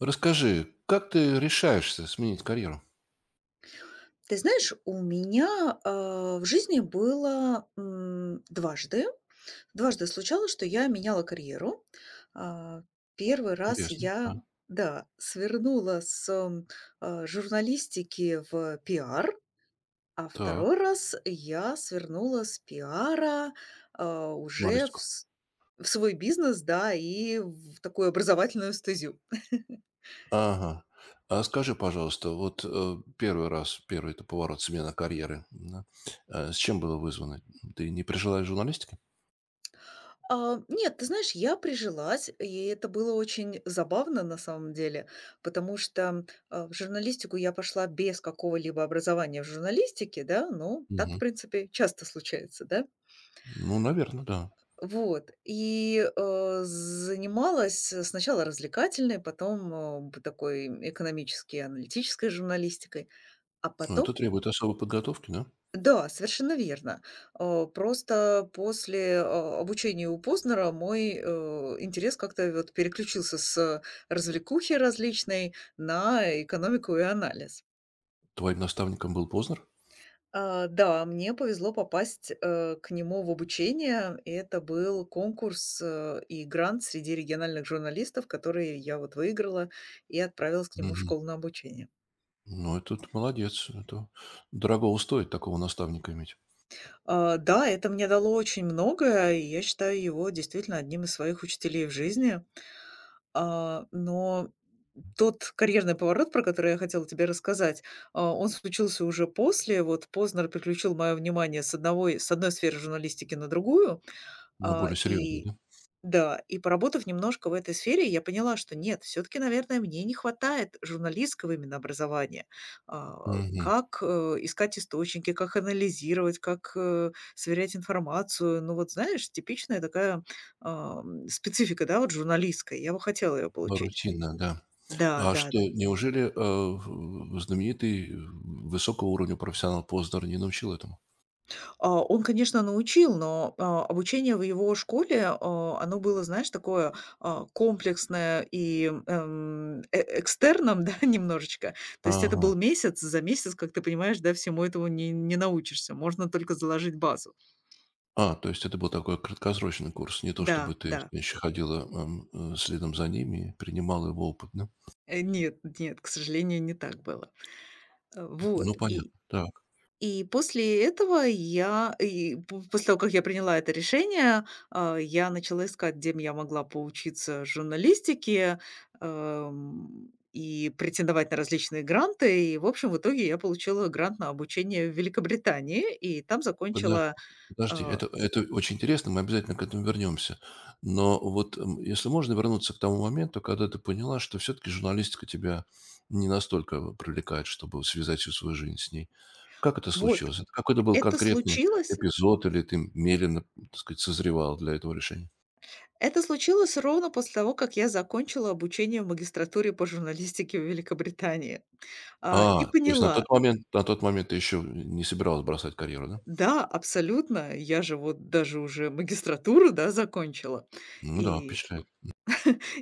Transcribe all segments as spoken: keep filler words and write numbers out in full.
Расскажи, как ты решаешься сменить карьеру? Ты знаешь, у меня, а, в жизни было, м, дважды. Дважды случалось, что я меняла карьеру. А, один раз Интересно, я, да. да, свернула с, м, а, журналистики в пиар, а Так, второй раз я свернула с пиара, а, уже в журналистику. с в свой бизнес, да, и в такую образовательную стезю. Ага. А скажи, пожалуйста, вот, э, один раз, первый это поворот, смена карьеры, да. Э, с чем было вызвано? Ты не прижилась в журналистике? А, нет, ты знаешь, я прижилась, и это было очень забавно на самом деле, потому что а, в журналистику я пошла без какого-либо образования в журналистике, да, ну, так, в Мгм. принципе, часто случается, да. Ну, наверное, да. Вот, и э, занималась сначала развлекательной, потом э, б- такой экономической, аналитической журналистикой, а Но это потом требует особой подготовки, да? Да, совершенно верно. Э, просто после, э, обучения у Познера мой, э, интерес как-то вот переключился с развлекухи различной на экономику и анализ. Твоим наставником был Познер? А, да, мне повезло попасть, э, к нему в обучение. И это был конкурс, э, и грант среди региональных журналистов, которые я вот выиграла и отправилась к нему в Мгм. школу на обучение. Ну, это ты молодец. Это дорого стоит такого наставника иметь. А, да, это мне дало очень многое, и я считаю его действительно одним из своих учителей в жизни. А, но тот карьерный поворот, про который я хотела тебе рассказать, а, он случился уже после. Вот Познер переключил мое внимание с одного с одной сферы журналистики на другую. Но А, более серьезный, и да? да, и поработав немножко в этой сфере, я поняла, что нет, все-таки, наверное, мне не хватает журналистского именно образования. А, Мгм. Как э, искать источники, как анализировать, как э, сверять информацию. Ну вот, знаешь, типичная такая а, м, специфика, да, вот журналистская. Я бы хотела ее Ну, получить. рутинно, да. Да, А да, что, да. неужели, э, в знаменитый, э, высокого уровня профессионал Познер не научил этому? А, он, конечно, научил, но, а, обучение в его школе, а, оно было, знаешь, такое, а, комплексное и, эм, э экстерном, да, немножечко. То есть это был Ага. месяц, за месяц, как ты понимаешь, да, всему этому не не научишься, можно только заложить базу. А, то есть это был такой краткосрочный курс, не то чтобы Да, ты, да. так ходила, эм, э, следом за ними и принимала его опыт, да? Э, нет, нет, к сожалению, не так было. Э, Ну, вот, понятно, и да. И после этого я и п после того, как я приняла это решение, а, я начала искать, где м я могла поучиться журналистике, эм, и претендовать на различные гранты. И, в общем, в итоге я получила грант на обучение в Великобритании, и там Подо закончила, подожди, а это это очень интересно, мы обязательно к этому вернемся. Но вот, м, если можно вернуться к тому моменту, когда ты поняла, что все-таки журналистика тебя не настолько привлекает, чтобы связать всю свою жизнь с ней. Как это Вот, случилось? Это какой-то был это конкретный случилось эпизод или ты медленно, так сказать, созревала для этого решения? это случилось ровно после того, как я закончила обучение в магистратуре по журналистике в Великобритании, а, и А, то есть на поняла тот момент на тот момент ты еще не собиралась бросать карьеру, да? Да, абсолютно. Я же вот даже уже магистратуру, да, закончила. Ну да, И впечатляет.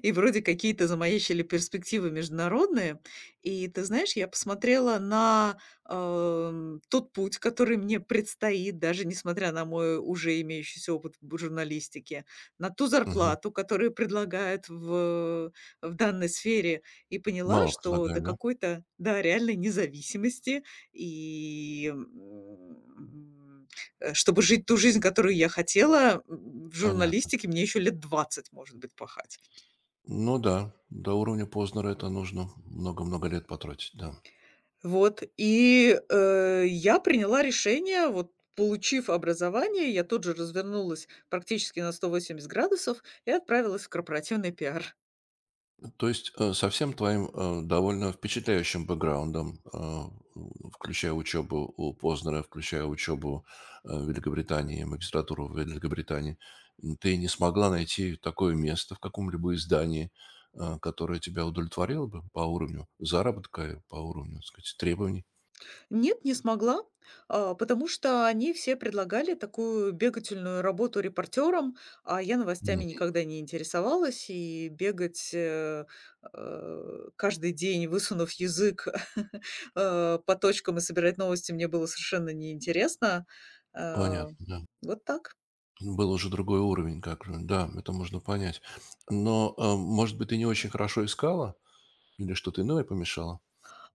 и вроде какие-то замаячили перспективы международные. И ты знаешь, я посмотрела на, эм, тот путь, который мне предстоит, даже несмотря на мой уже имеющийся опыт в журналистике, на ту Мгм. зарплату, которую предлагают в в данной сфере, и поняла, Мало что до предлагали, да? какой-то, да, реальной независимости и, м, э, чтобы жить ту жизнь, которую я хотела, м, в Понятно. журналистике мне еще лет двадцать, может быть, пахать. Ну да, до уровня Познера это нужно много-много лет потратить, да. Вот, и, э, я приняла решение. Вот получив образование, я тут же развернулась практически на сто восемьдесят градусов и отправилась в корпоративный пиар. То есть э, со всем твоим э, довольно впечатляющим бэкграундом, э, включая учебу у Познера, включая учебу э, в Великобритании, магистратуру в Великобритании, м, ты не смогла найти такое место в каком-либо издании, э, которое тебя удовлетворило бы по уровню заработка, и по уровню, так сказать, требований. Нет, не смогла, а, потому что они все предлагали такую бегательную работу репортером, а я новостями Мгм. никогда не интересовалась, и бегать, э, э, каждый день, высунув язык, э, по точкам и собирать новости мне было совершенно неинтересно. Э, Понятно, да. вот так. Был уже другой уровень, как же, да, это можно понять. Но, а, может быть, ты не очень хорошо искала или что-то иное помешало?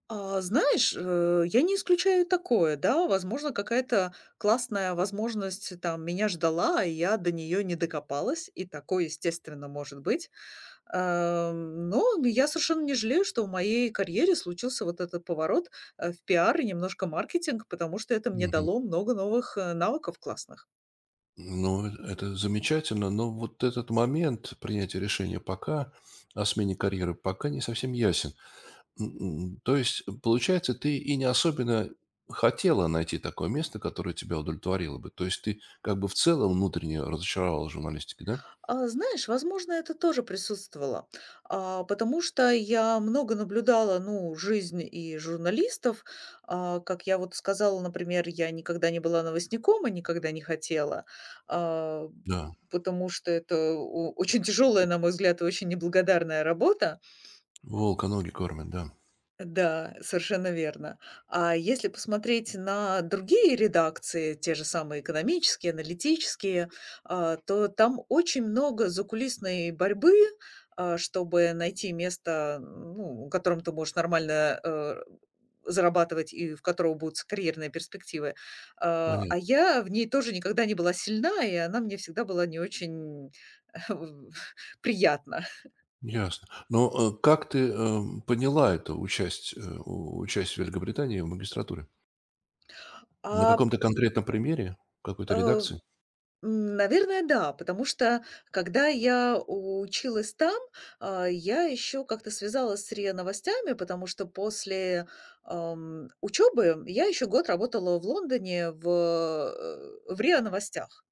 А, знаешь, э, я не исключаю такое, да. Возможно, какая-то классная возможность э, там меня ждала, и я до нее не докопалась, и такое, естественно, может быть. Эм, но я совершенно не жалею, что в моей карьере случился вот этот поворот, э, в пиар и немножко маркетинг, потому что это мне Мгм. дало много новых, э, навыков классных. Ну, э, это замечательно, но вот этот момент принятия решения пока о смене карьеры пока не совсем ясен. М, м, то есть, э, получается, ты и не особенно хотела найти такое место, которое тебя удовлетворило бы. То есть ты как бы в целом внутренне разочаровалась в журналистике, да? А, знаешь, возможно, это тоже присутствовало, а, потому что я много наблюдала, ну, жизнь и журналистов. А, как я вот сказала, например, я никогда не была новостником и никогда не хотела, а, Да, потому что это о- очень тяжелая, на мой взгляд, и очень неблагодарная работа. волка ноги кормят, да. Да, совершенно верно. А если посмотреть на другие редакции, те же самые экономические, аналитические, а, то там очень много закулисной борьбы, а, чтобы найти место, ну, в котором ты можешь нормально э, зарабатывать и в которого будут карьерные перспективы. А а Понятно. Я в ней тоже никогда не была сильна, и она мне всегда была не очень приятна. Ясно. Но, э, как ты, эм, поняла эту участь э, у участие Великобритании в магистратуре? На А каком-то конкретном примере какой-то э, редакции? М, наверное, да, потому что, когда я училась там, а, я еще как-то связалась с РИА Новостями, потому что после, ам, учебы я еще год работала в Лондоне в, э, в РИА Новостях.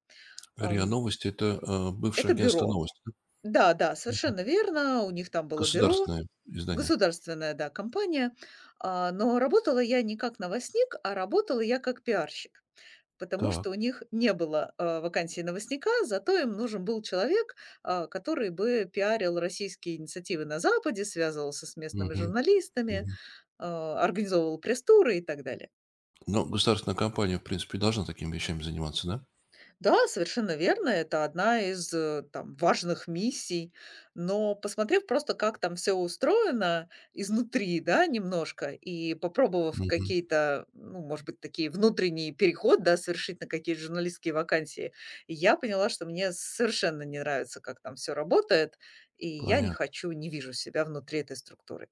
РИА Ам, Новости- это, э, бывшее это агентство бюро. "Новости", да? Да-да, Мгм. совершенно верно, у них там было бюро, Государственное издание. государственная, да, компания. А, но работала я не как новостник, а работала я как пиарщик. Потому Так. что у них не было, а, вакансии новостника, зато им нужен был человек, а, который бы пиарил российские инициативы на Западе, связывался с местными Мгм. журналистами, Мгм. а, организовывал пресс-туры и так далее. Но государственная компания, в принципе, должна такими вещами заниматься, да? Да, совершенно верно. Это одна из, э, там, важных миссий. Но посмотрев просто, как там все устроено изнутри, да, немножко, и попробовав Мгм. какие-то, ну, может быть, такие внутренние переход, да, совершить на какие-то журналистские вакансии, я поняла, что мне совершенно не нравится, как там все работает, и я не Понятно. хочу, не вижу себя внутри этой структуры.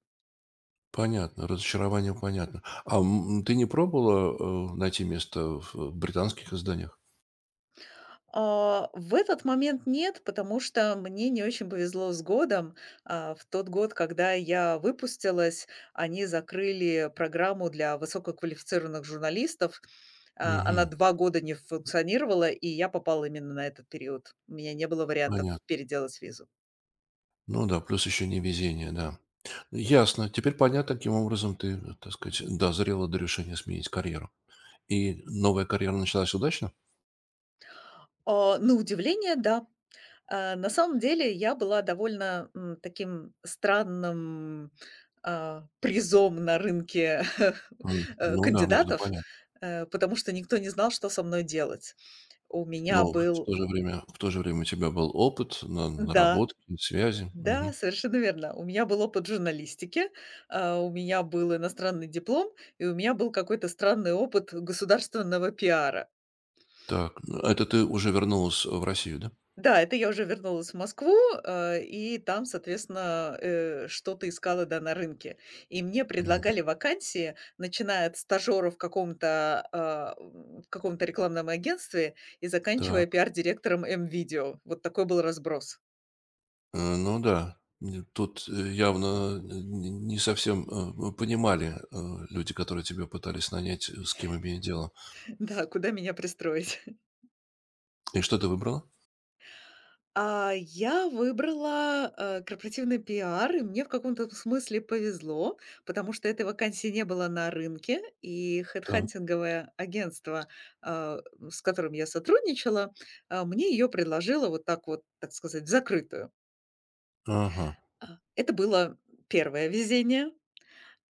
Понятно. Разочарование понятно. А, м, ты не пробовала, э, найти место в э, британских изданиях? А, в этот момент нет, потому что мне не очень повезло с годом. А, в тот год, когда я выпустилась, они закрыли программу для высококвалифицированных журналистов. А, она Мгм. два года не функционировала, и я попала именно на этот период. У меня не было вариантов Понятно. переделать визу. Ну да, плюс еще невезение, да. Ясно. Теперь понятно, каким образом ты, э, так сказать, дозрела до решения сменить карьеру. И новая карьера началась удачно? А, на удивление, да. А, на самом деле я была довольно, м, таким странным, а, призом на рынке, М, э, Ну да, можно кандидатов, понять. э, потому что никто не знал, что со мной делать. У меня Но в в был то же время, в то же время у тебя был опыт, на- Да, наработки, связи. да, Мгм. совершенно верно. У меня был опыт журналистики, а, у меня был иностранный диплом, и у меня был какой-то странный опыт государственного пиара. Так, ну, это ты уже вернулась в Россию, да? Да, это я уже вернулась в Москву, э, и там, соответственно, э, что-то искала, да, на рынке. И мне Мгм. предлагали вакансии, начиная от стажера в каком-то, а, м, в каком-то рекламном агентстве и заканчивая Так, пиар-директором "М-Видео". Вот такой был разброс. э, ну да. Н- Тут э, явно э, н- не совсем э, понимали э, люди, которые тебя пытались нанять, э, с кем имеют дело. Да, куда меня пристроить? И что ты выбрала? А, я выбрала, э, корпоративный пиар, и мне в каком-то смысле повезло, потому что этой вакансии не было на рынке, и хедхантинговое агентство, а, с которым я сотрудничала, а, мне ее предложило вот так вот, так сказать, в закрытую. Ага. А, это было первое везение,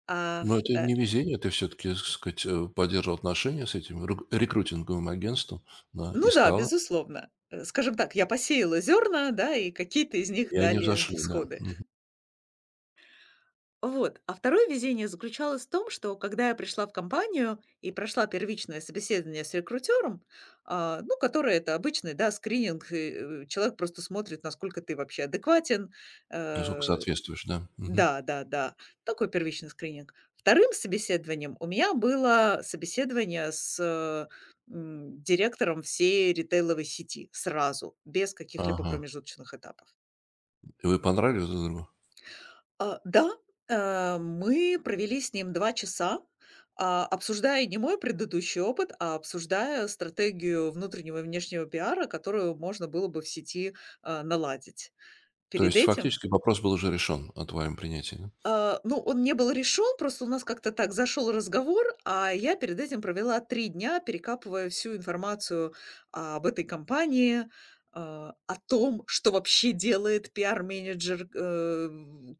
а Но это вто не везение. Ты все-таки, так сказать, э, поддерживал отношения с этим ру- рекрутинговым агентством, да, ну да, искала, безусловно. Э, скажем так, я посеяла зерна, да, и какие-то из них и они дали взошли, да. всходы. Мгм. Вот. А второе везение заключалось в том, что когда я пришла в компанию и прошла первичное собеседование с рекрутером, а, ну, которое это обычный, да, скрининг, и, э, человек просто смотрит, насколько ты вообще адекватен. Насколько э, соответствуешь, да. Мгм. Да, да, да, такой первичный скрининг. Вторым собеседованием у меня было собеседование с э, м, директором всей ритейловой сети сразу, без каких-либо Ага. промежуточных этапов. И вы понравились друг другу? А, да, э, мы провели с ним два часа, а, обсуждая не мой предыдущий опыт, а обсуждая стратегию внутреннего и внешнего пиара, которую можно было бы в сети, а, наладить. То Перед есть этим фактически вопрос был уже решен о твоем принятии, да? а, ну, он не был решен, просто у нас как-то так зашел разговор, а я перед этим провела три дня, перекапывая всю информацию об этой компании, а, о том, что вообще делает пиар-менеджер, э,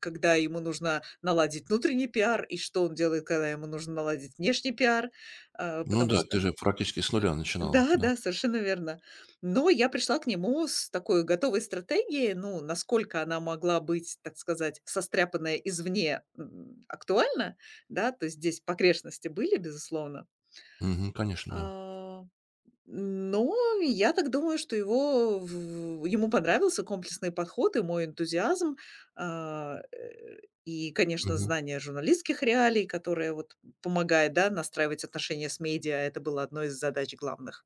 когда ему нужно наладить внутренний пиар, и что он делает, когда ему нужно наладить внешний пиар, а, Ну потому да, ты что же практически с нуля начинал, Да, да. да, совершенно верно. Но я пришла к нему с такой готовой стратегией, ну, насколько она могла быть, так сказать, состряпанная извне, м, актуальна, да, то есть здесь погрешности были, безусловно. Мгм. Конечно, да. А, но я так думаю, что его, в ему понравился комплексный подход и мой энтузиазм, а, э, и, конечно, Мгм. знание журналистских реалий, которое вот помогает, да, настраивать отношения с медиа. Это было одной из задач главных.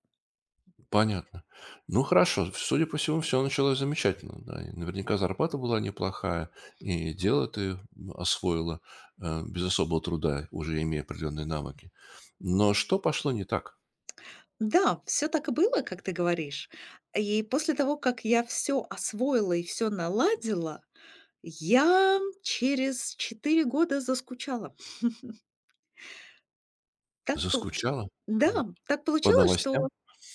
Понятно. Ну, хорошо. Судя по всему, все началось замечательно, да. И наверняка зарплата была неплохая, и дело ты освоила, э, без особого труда, уже имея определенные навыки. Но что пошло не так? Да, все так и было, как ты говоришь. И после того, как я все освоила и все наладила, я через четыре года заскучала. Так пол Заскучала? Да, так По получилось, что, новостям?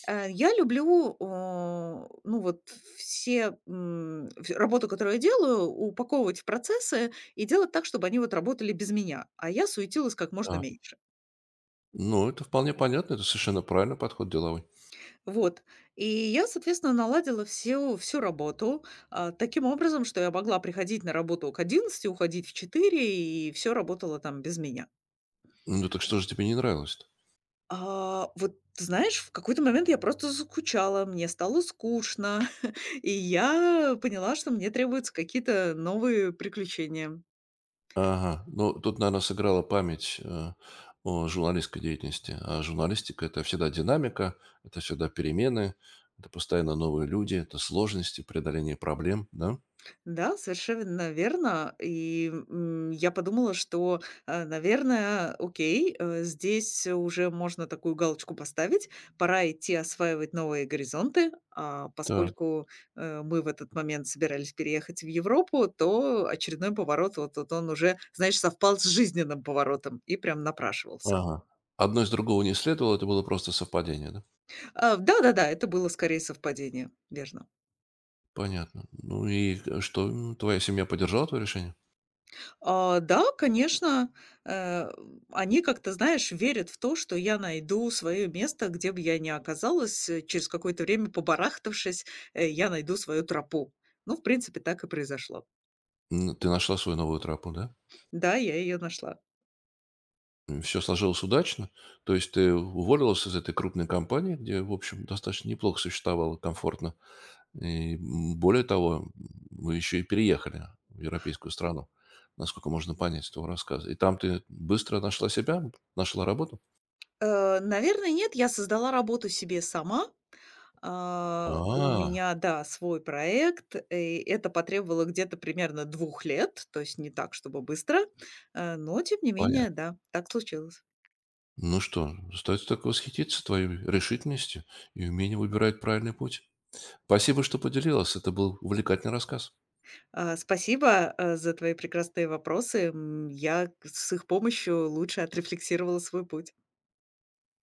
э, я люблю, а, ну, вот все, м, вс работу, которую я делаю, упаковывать в процессы и делать так, чтобы они вот работали без меня, а я суетилась как можно Да. меньше. Ну, это вполне понятно, это совершенно правильный подход деловой. Вот. И я, соответственно, наладила всю всю работу, а, таким образом, что я могла приходить на работу к одиннадцати, уходить в четыре, и все работало там без меня. Ну, так что же тебе не нравилось? А, вот ты знаешь, в какой-то момент я просто заскучала, мне стало скучно, и я поняла, что мне требуются какие-то новые приключения. Ага. Ну, тут, наверное, сыграла память, э, о журналистской деятельности. А журналистика- это всегда динамика, это всегда перемены, это постоянно новые люди, это сложности, преодоление проблем, да? Да, совершенно верно. И, м, я подумала, что, э, наверное, окей, э, здесь уже можно такую галочку поставить. Пора идти осваивать новые горизонты. А Да. поскольку, э, мы в этот момент собирались переехать в Европу, то очередной поворот, вот вот он уже, знаешь, совпал с жизненным поворотом и прям напрашивался. Ага. Одно из другого не следовало, это было просто совпадение, да? А, да-да-да, это было скорее совпадение, верно. Понятно. Ну и, э, что, м, твоя семья поддержала твое решение? А, да, конечно, э, они как-то, знаешь, верят в то, что я найду свое место, где бы я ни оказалась, э, через какое-то время побарахтавшись, э, я найду свою тропу. Ну, в принципе, так и произошло. М, ты нашла свою новую тропу, да? Да, я ее нашла. Все сложилось удачно. То есть ты уволилась из этой крупной компании, где, в общем, достаточно неплохо существовало, комфортно. И м, более того, вы еще и переехали в европейскую страну, насколько можно понять с твоего рассказа. И там ты быстро нашла себя, нашла работу? Э, наверное, нет, я создала работу себе сама. А, у А, меня, да, свой проект, и это потребовало где-то примерно двух лет, то есть не так, чтобы быстро, э, но тем не менее, Понятно. да, так случилось. Ну что, остается только восхититься твоей решительностью и умением выбирать правильный путь. Спасибо, что поделилась. Это был увлекательный рассказ. А, спасибо, э, за твои прекрасные вопросы. М, я к с их помощью лучше отрефлексировала свой путь.